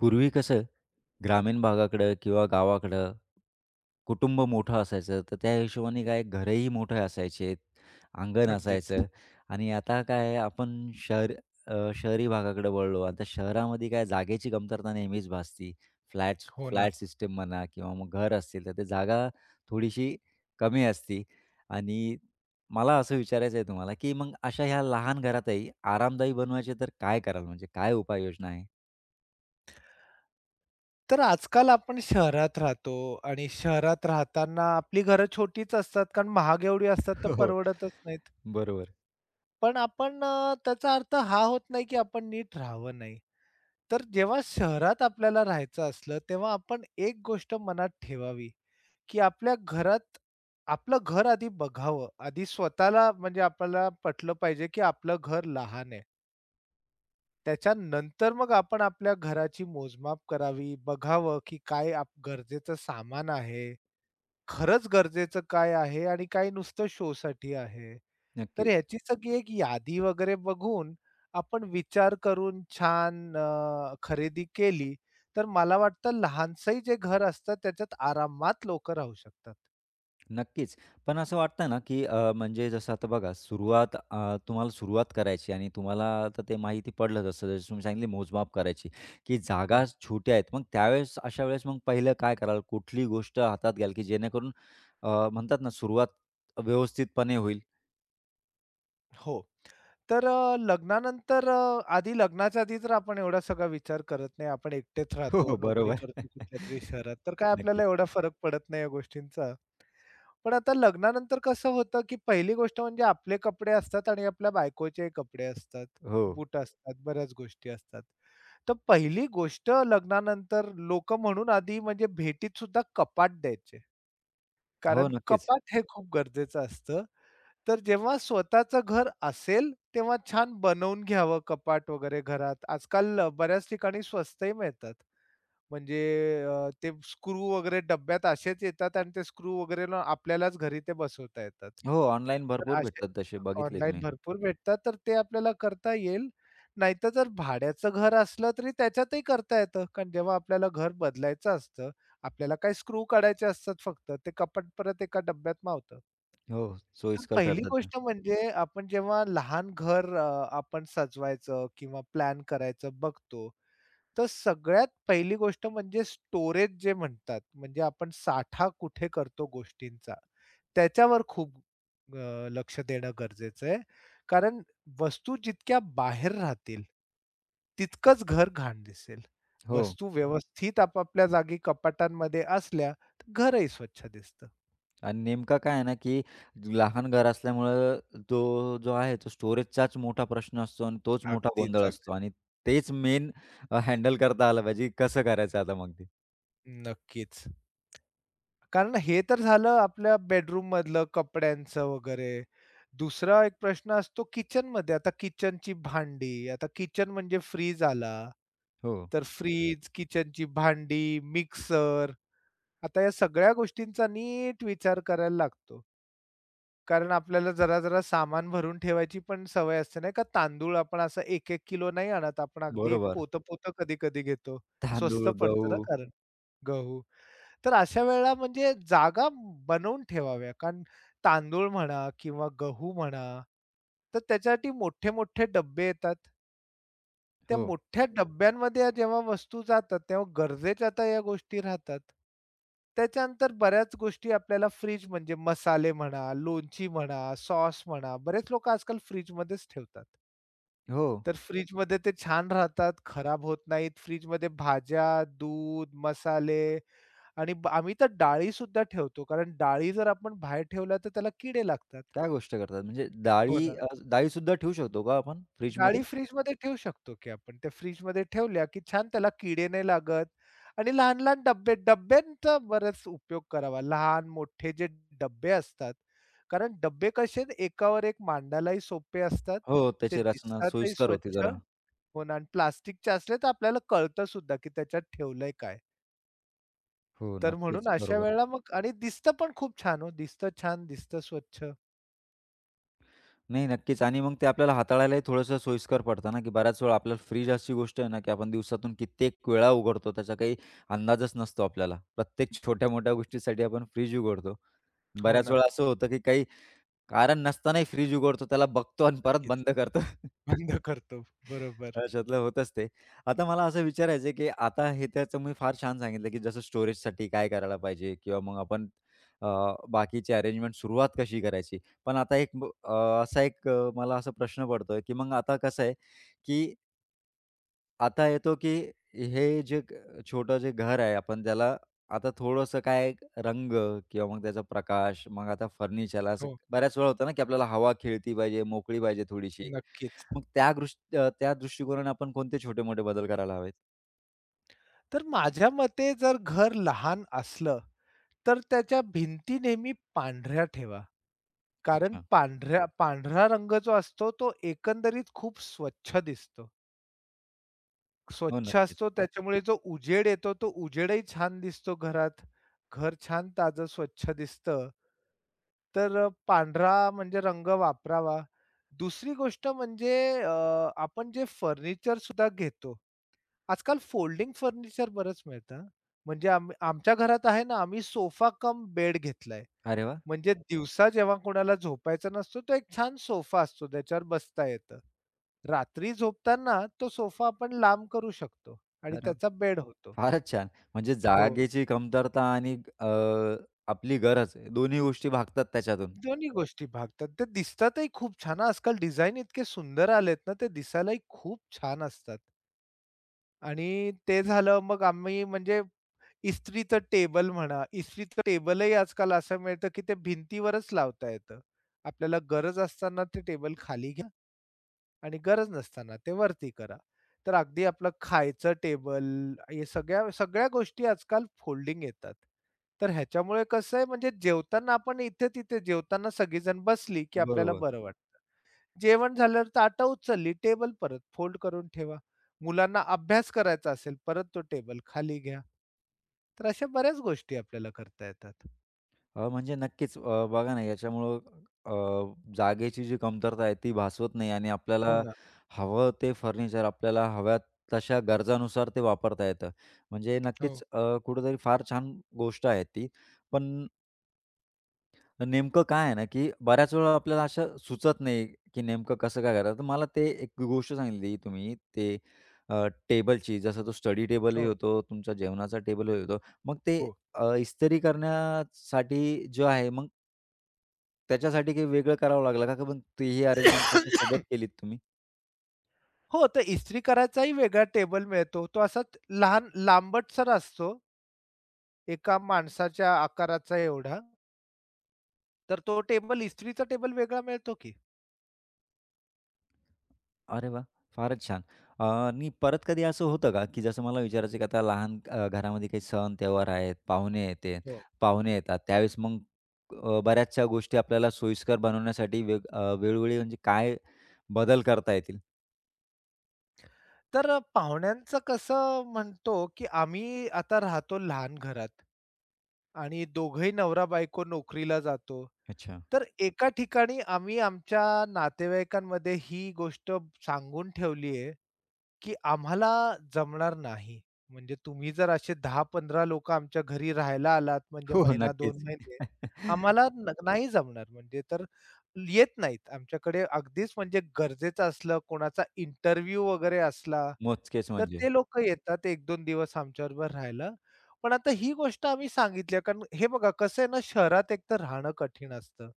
पूर्वी कसं ग्रामीण भागाकडं किंवा गावाकडं कुटुंब मोठं असायचं, तर त्या हिशोबाने काय घरही मोठे असायचे, अंगण अगदीच. असायचं. आणि आता काय आहे आपण शहर अ, शहरी भागाकडे वळलो. आता शहरामध्ये काय जागेची कमतरता नेहमीच भासती. फ्लॅट्स हो ना. फ्लॅट सिस्टम म्हणा किंवा मग घर असतील, तर ते जागा थोडीशी कमी असते. आणि मला असं विचारायचं आहे तुम्हाला, की मग अशा ह्या लहान घरातही आरामदायी बनवायचे तर काय कराल? म्हणजे काय उपाययोजना आहे? तर आजकाल आपण शहरात राहतो आणि शहरात राहताना आपली घरं छोटीच असतात कारण महाग एवढी असतात तर हो, परवडतच नाहीत. बरोबर. पण आपण त्याचा अर्थ हा होत नाही, की आपण नीट राहावं नाही. तर जेव्हा शहरात आपल्याला राहायचं असलं, तेव्हा आपण एक गोष्ट मनात ठेवावी, की आपल्या घरात आपलं घर आधी बघावं. आधी स्वतःला म्हणजे आपल्याला पटलं पाहिजे, की आपलं घर लहान आहे. त्याच्यानंतर मग आपण आपल्या घराची मोजमाप करावी, बघावं की काय आप गरजेचं सामान आहे, खरंच गरजेचं काय आहे आणि काय नुसतं शोसाठी आहे. तर नक्कीच, ह्याची सगळी एक यादी वगैरे बघून आपण विचार करून छान खरेदी केली, तर मला वाटतं लहानसंही जे घर असतं त्याच्यात आरामात लोकं राहू शकतात. नक्कीच. पण असं वाटतं ना, की म्हणजे जसं आता बघा तुम्हाला सुरुवात करायची आणि तुम्हाला आता ते माहिती पडलंच असतं. जसं तुम्ही सांगितले मोजमाप करायची, की हो. जागा छोट्या आहेत. मग अशा वेळेस मग पहिलं काय कराल? कुठली गोष्ट हातात घ्याल, की जेणेकरून म्हणतात ना सुरुवात व्यवस्थितपणे होईल? हो. तर लग्नानंतर आधी लग्नाच्या आधी तर आपण एवढा सगळा विचार करत नाही. आपण एकटेच हो, राहतो, हो. नोकरी बरोबर. करतो कुठल्यातरी शहरात, तर काय आपल्याला नक्कीच. एवढा फरक पडत नाही या गोष्टींचा. पण आता लग्नानंतर कसं होतं, की पहिली गोष्ट म्हणजे आपले कपडे असतात आणि आपल्या बायकोचे कपडे असतात, हो. बूट असतात, बऱ्याच गोष्टी असतात. तर पहिली गोष्ट लग्नानंतर लोकं म्हणून आधी म्हणजे भेटीत सुद्धा कपाट द्यायचे. हो, कारण नक्कीच. कपाट हे खूप गरजेचं असतं. तर जेव्हा स्वतःचं घर असेल, तेव्हा छान बनवून घ्यावं कपाट वगैरे घरात. आजकाल बऱ्याच ठिकाणी स्वस्तही मिळतात. म्हणजे ते स्क्रू वगैरे डब्यात असेच येतात आणि ते स्क्रू वगैरे ना आपल्यालाच घरी ते बसवता येतात. हो, ऑनलाईन तर भरपूर असे भेटतात तसे बघितलेत ऑनलाईन मी. भरपूर भेटतात, तर ते आपल्याला करता येईल. नाहीतर जर भाड्याचं घर असलं तरी त्याच्यातही करता येतं. कारण जेव्हा आपल्याला घर बदलायचं असतं, आपल्याला काही स्क्रू काढायचे असतात फक्त. ते कपाट परत एका डब्यात मावतं. हो, तर सोयीस्कर पहिली ठरतात ते. गोष्ट म्हणजे आपण जेव्हा लहान घर आपण सजवायचं किंवा प्लॅन करायचं बघतो, तर सगळ्यात पहिली गोष्ट म्हणजे स्टोरेज जे म्हणतात, म्हणजे आपण साठा कुठे करतो गोष्टींचा, त्याच्यावर खूप लक्ष देणं गरजेचं आहे. कारण वस्तू जितक्या बाहेर राहतील, तितकंच घर घाण दिसेल. हो. वस्तू व्यवस्थित आपापल्या जागी कपाटांमध्ये असल्या, तर घरही स्वच्छ दिसतं. आणि नेमकं काय आहे ना, की लहान घर असल्यामुळं तो जो आहे तो स्टोरेजचाच मोठा प्रश्न असतो आणि तोच मोठा अगदीच, गोंधळ अगदी. असतो आणि तेच मेन हँडल करता आलं पाहिजे, कसं करायचं आता मग ते. नक्कीच. कारण हे तर झालं आपल्या बेडरूममधलं कपड्यांचं वगैरे. दुसरा एक प्रश्न असतो किचनमध्ये. आता किचनची भांडी, आता किचन म्हणजे फ्रीज आला. हो, तर फ्रिज, किचनची भांडी, मिक्सर. आता या सगळ्या गोष्टींचा नीट विचार करायला लागतो. कारण आपल्याला जरा-जरा सामान भरून ठेवायची पण सवय असते नाही का. तांदूळ आपण असं 1-1 किलो नाही आणत. आपण अगदी एक बरोबर. पोतं-पोतं कधी-कधी घेतो. तांदूळ, स्वस्त गहू. पडतं ना कारण गहू. तर अशा वेळेला म्हणजे जागा बनवून ठेवाव्या. कारण तांदूळ म्हणा किंवा गहू म्हणा, तर त्याच्यासाठी मोठे-मोठे डब्बे येतात. त्या हो, मोठ्या डब्यांमध्ये या जेव्हा वस्तू जातात, तेव्हा गरजेच्या तर या गोष्टी राहतात. त्याच्यानंतर बऱ्याच गोष्टी आपल्याला फ्रिज म्हणजे मसाले म्हणा, लोणची म्हणा, सॉस म्हणा, बरेच लोकं आजकाल फ्रिजमध्येच ठेवतात. हो. तर फ्रिजमध्ये ते छान राहतात, खराब होत नाहीत. फ्रिजमध्ये भाज्या, दूध, मसाले आणि आम्ही तर डाळीसुद्धा ठेवतो. कारण डाळी जर आपण बाहेर ठेवल्या तर त्याला किडे लागतात. त्या गोष्ट करतात म्हणजे हो ना. डाळीसुद्धा ठेवू शकतो का आपण फ्रिजमध्ये? डाळी फ्रिजमध्ये ठेवू शकतो की आपण. त्या फ्रिजमध्ये ठेवल्या की छान त्याला किडे नाही लागत आणि लहान-लहान डब्बे डब्यांचा बराच उपयोग करावा. लहान-मोठे जे डब्बे असतात. कारण डब्बे कसे एकावर एक मांडायलाही सोपे असतात. हो, ते त्याची रचना दिसतातही सोयीस्कर होती स्वच्छ. जरा. हो ना आणि प्लास्टिकचे असले तर आपल्याला कळतं सुद्धा की त्याच्यात ठेवलंय काय? हो, तर म्हणून नक्कीच. अशा बरोबर. वेळेला मग आणि दिसतं पण खूप छान हो. दिसतं छान, दिसतं स्वच्छ. नाही, नक्कीच आणि मग ते आपल्याला हाताळायलाही थोडंसं सोयीस्कर पडतं ना, की बऱ्याच वेळा आपल्याला फ्रिज अशी गोष्ट आहे ना, की आपण दिवसातून कित्येक वेळा उघडतो. त्याचा काही अंदाजच नसतो आपल्याला. प्रत्येक छोट्या-मोठ्या गोष्टीसाठी आपण फ्रिज उघडतो. हो बऱ्याच ना. वेळा असं होतं, की काही कारण नसतानाही फ्रिज उघडतो, त्याला बघतो आणि परत नक्कीच. बंद करतो. बंद करतो. बरोबर. अशातलं होतंच ते. आता मला असं विचारायचं आहे, की आता हे तर तुम्ही फार छान सांगितलं, की जसं स्टोरेजसाठी काय करायला पाहिजे किंवा मग आपण अ, बाकीची अरेंजमेंट सुरुवात कशी करायची. पण आता असा एक मला असा प्रश्न पडतोय, की मग आता कसं आहे, की आता येतो, की हे जे छोटं जे घर आहे, आपण त्याला आता थोडंसं काय रंग किंवा मग त्याचा प्रकाश, मग आता फर्निचरला असं हो, बऱ्याच वेळा होतं ना, की आपल्याला हवा खेळती पाहिजे, मोकळी पाहिजे थोडीशी. नक्कीच. मग त्या दृष्टिकोनाने आपण कोणते छोटे-मोठे बदल करायला हवेत? तर माझ्या मते जर घर लहान असलं, तर त्याच्या भिंती नेहमी पांढऱ्या ठेवा. कारण अच्छा. पांढरा रंग जो असतो तो एकंदरीत खूप स्वच्छ दिसतो. हो, स्वच्छ नक्कीच. असतो त्याच्यामुळे जो उजेड येतो तो उजेडही छान दिसतो घरात. घर छान ताजं स्वच्छ दिसतं. तर पांढरा म्हणजे रंग वापरावा. दुसरी गोष्ट म्हणजे अ, आपण जे फर्निचर सुद्धा घेतो. आजकाल फोल्डिंग फर्निचर बरंच मिळतं हां. म्हणजे आमच्या घरात आहे ना, आम्ही सोफा कम बेड घेतलाय. अरे वाह! म्हणजे दिवसा जेव्हा कोणाला झोपायचा नसतो, तो एक छान सोफा असतो त्याच्यावर बसता येतं. रात्री झोपताना तो सोफा आपण लांब करू शकतो आणि अरे वाह! त्याचा बेड होतो. फारच छान. म्हणजे हो. जागेची कमतरता आणि आपली गरज दोन्ही गोष्टी भागतात त्याच्यातून. दोन्ही गोष्टी भागतात. ते दिसतातही खूप छान हां. आजकाल डिझाइन इतके सुंदर आलेत ना, ते दिसायलाही खूप छान असतात. आणि ते झालं मग आम्ही म्हणजे इस्त्रीचं टेबल म्हणा, इस्त्रीचं टेबलही आजकाल असं मिळतं, की ते भिंतीवरच लावता येतं. आपल्याला गरज असताना ते टेबल खाली आणि गरज नसताना ते वरती करा. तर अगदी आपलं खायचं टेबल हे सगळ्या सगळ्या गोष्टी आजकाल फोल्डिंग येतात. तर ह्याच्यामुळे कसं आहे म्हणजे जेवताना आपण इथे-तिथे जेवताना सगळीजण बसली, की आपल्याला बरोबर. बरं हं. वाटतं. जेवण झाल्यावर ताटं उचलली, टेबल परत फोल्ड करून ठेवा. मुलांना अभ्यास करायचा असेल, परत तो टेबल खाली घ्या. तर अशा बऱ्याच गोष्टी आपल्याला करता येतात. म्हणजे नक्कीच बघा ना याच्यामुळं अ, जागेची जी कमतरता आहे ती भासवत नाही आणि हो आपल्याला ना. हवं ते फर्निचर आपल्याला हव्या तशा गरजानुसार ते वापरता येतं. म्हणजे हो, नक्कीच कुठेतरी फार छान गोष्ट आहे ती. पण नेमकं काय आहे ना, की बऱ्याच वेळा आपल्याला असं सुचत नाही, की नेमकं कसं काय करायचं. तर मला ते एक गोष्ट सांगितली तुम्ही ते टेबलची जसं तो स्टडी हो, टेबलही होतो, तुमचा जेवणाचा टेबलही होतो. मग ते हो. इस्त्री करण्यासाठी जो आहे मग त्याच्यासाठी काही वेगळं करावं लागलं का? का पण तेही अरेंजमेंट त्याच्यासोबत केलीत तुम्ही? हो, तर इस्त्री करायचाही वेगळा टेबल मिळतो. तो असाच लहान लांबटसर असतो, एका माणसाच्या आकाराचा एवढा. तर तो टेबल इस्त्रीचा टेबल वेगळा मिळतो की. अरे वाह! फारच छान. आणि परत कधी असं होतं का, की जसं मला विचारायचं आहे, की आता लहान घरामध्ये काही सण त्योहार आहेत, हो. पाहुणे येतात. त्यावेळेस मग बऱ्याचशा गोष्टी आपल्याला सोयीस्कर बनवण्यासाठी वेळोवेळी म्हणजे काय बदल करता येतील? तर पाहुण्यांचं कसं म्हणतो, की आम्ही आता राहतो लहान घरात आणि दोघंही नवरा-बायको नोकरीला जातो. अच्छा. तर एका ठिकाणी आम्ही आमच्या नातेवाईकांमध्ये ही गोष्ट सांगून ठेवली की आम्हाला जमणार नाही. म्हणजे तुम्ही जर असे 10-15 लोकं आमच्या घरी राहायला आलात म्हणजे हो, महिना, 2 नक्कीच. महिने, आम्हाला नाही जमणार म्हणजे तर येत नाहीत. आमच्याकडे अगदीच म्हणजे गरजेचं असलं, कोणाचा इंटरव्ह्यू वगैरे असला, मोजकेच तर म्हणजे. ते लोकं येतात 1-2 दिवस आमच्याबरोबर राहायला. पण आता ही गोष्ट आम्ही सांगितली आहे, कारण हे बघा कसं आहे ना, शहरात एकतर राहणं कठीण असतं.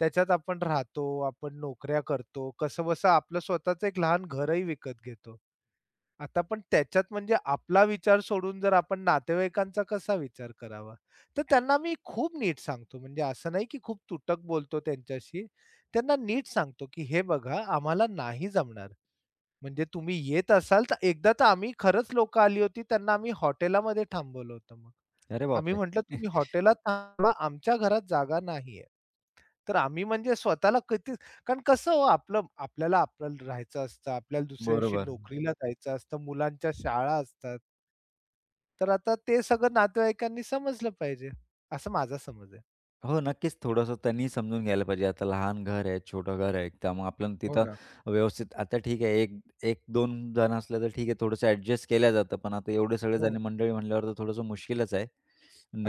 त्याच्यात आपण राहतो, आपण नोकऱ्या करतो, कसंबसं आपलं स्वतःचं एक लहान घरही विकत घेतो. आता पण त्याच्यात म्हणजे आपला विचार सोडून जर आपण नातेवाईकांचा कसा विचार करावा? तर त्यांना मी खूप नीट सांगतो. म्हणजे असं नाही की खूप तुटक बोलतो त्यांच्याशी. त्यांना नीट सांगतो की "हे बघा आम्हाला नाही जमणार. म्हणजे तुम्ही येत असाल तर" एकदा तर आम्ही खरंच लोकं आली होती त्यांना आम्ही हॉटेलामध्ये थांबवलं होतं मग. अरे आम्ही बापरे! म्हटलं "तुम्ही हॉटेलात थांबा, आमच्या घरात जागा नाहीये." तर आम्ही म्हणजे स्वतःला कधीच कारण कसं हो आपलं आपल्याला आपल्याला राहायचं असतं, आपल्याला दुसऱ्या दिवशी बरोबर. नोकरीला जायचं असतं, मुलांच्या शाळा असतात. तर आता ते सगळं नातेवाईकांनी समजलं पाहिजे, असं माझा समज आहे. हो, नक्कीच थोडंसं त्यांनी समजून घ्यायला पाहिजे. आता लहान घर आहे, छोटं घर आहे. त्यामुळे आपण हो तिथं ना. व्यवस्थित आता ठीक आहे, एक 1-2 जण असलं तर ठीक आहे, थोडंसं ॲडजस्ट केल्या जातं. पण आता एवढे सगळे हो. जण मंडळी म्हणल्यावर तर थोडंसं मुश्किलच आहे.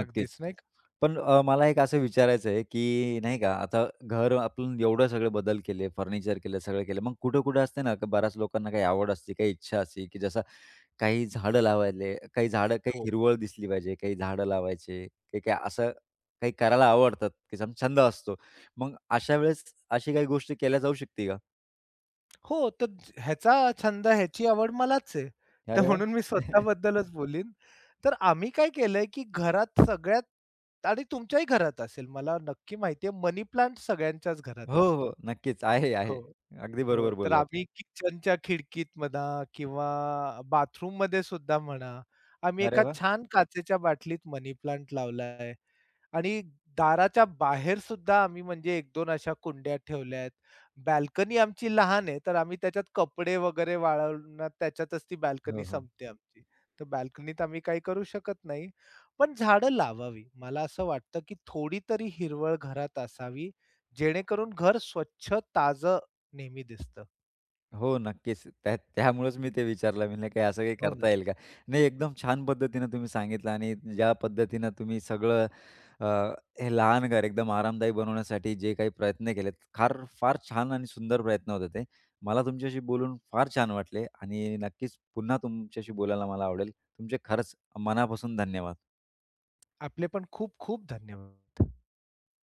नक्कीच. अगदीच नाही का? पण मला एक असं विचारायचं आहे, की नाही का आता घर आपण एवढं सगळे बदल केले, फर्निचर केलं, सगळं केलं. मग कुठं-कुठं असते ना, की बऱ्याच लोकांना काही आवड असते, काही इच्छा असते, की जसं काही झाडं लावायले, काही हो. हिरवळ दिसली पाहिजे, काही झाडं लावायचे, काही काही असं काही करायला आवडतात, की छंद असतो. मग अशा वेळेस अशी काही गोष्ट केल्या जाऊ शकते का? हो, तर ह्याचा छंद, ह्याची आवड मलाच आहे. तर अरे वाह! म्हणून मी स्वतःबद्दलच बोलीन. तर आम्ही काय केलंय, की घरात सगळ्यात आणि तुमच्याही घरात असेल, मला नक्की माहिती आहे मनी प्लांट सगळ्यांच्याच घरात हो, असतो. हो. नक्कीच. आहे, आहे. हो. अगदी हो, बरोबर तर बोललात. आम्ही किचनच्या खिडकीत म्हणा किंवा बाथरूममध्ये सुद्धा म्हणा, आम्ही अरे एका वाह! छान काचेच्या बाटलीत मनी प्लांट लावलाय आणि दाराच्या बाहेर सुद्धा आम्ही म्हणजे एक 2 अशा कुंड्या ठेवल्या आहेत. बाल्कनी आमची लहान आहे, तर आम्ही त्याच्यात कपडे वगैरे वाळवून त्याच्यातच ती हो, बाल्कनी हो. संपते आमची. तर बाल्कनीत आम्ही काही करू शकत नाही. पण झाडं लावावी. मला असं वाटतं, की थोडी तरी हिरवळ घरात असावी, जेणेकरून घर स्वच्छ, ताजं नेहमी दिसतं. हो, नक्कीच. त्या त्यामुळेच मी ते विचारलं. मी म्हणलं, "काही असं काही हो ना. करता येईल का?" नाही, एकदम छान पद्धतीनं तुम्ही सांगितलं आणि ज्या पद्धतीनं तुम्ही सगळं अ, हे लहान घर एकदम आरामदायी बनवण्यासाठी जे काही प्रयत्न केलेत, फार फार छान आणि सुंदर प्रयत्न होते ते. मला तुमच्याशी बोलून फार छान वाटले आणि नक्कीच पुन्हा तुमच्याशी बोलायला मला आवडेल. तुमचे खरंच मनापासून धन्यवाद. आपले पण खूप खूप धन्यवाद.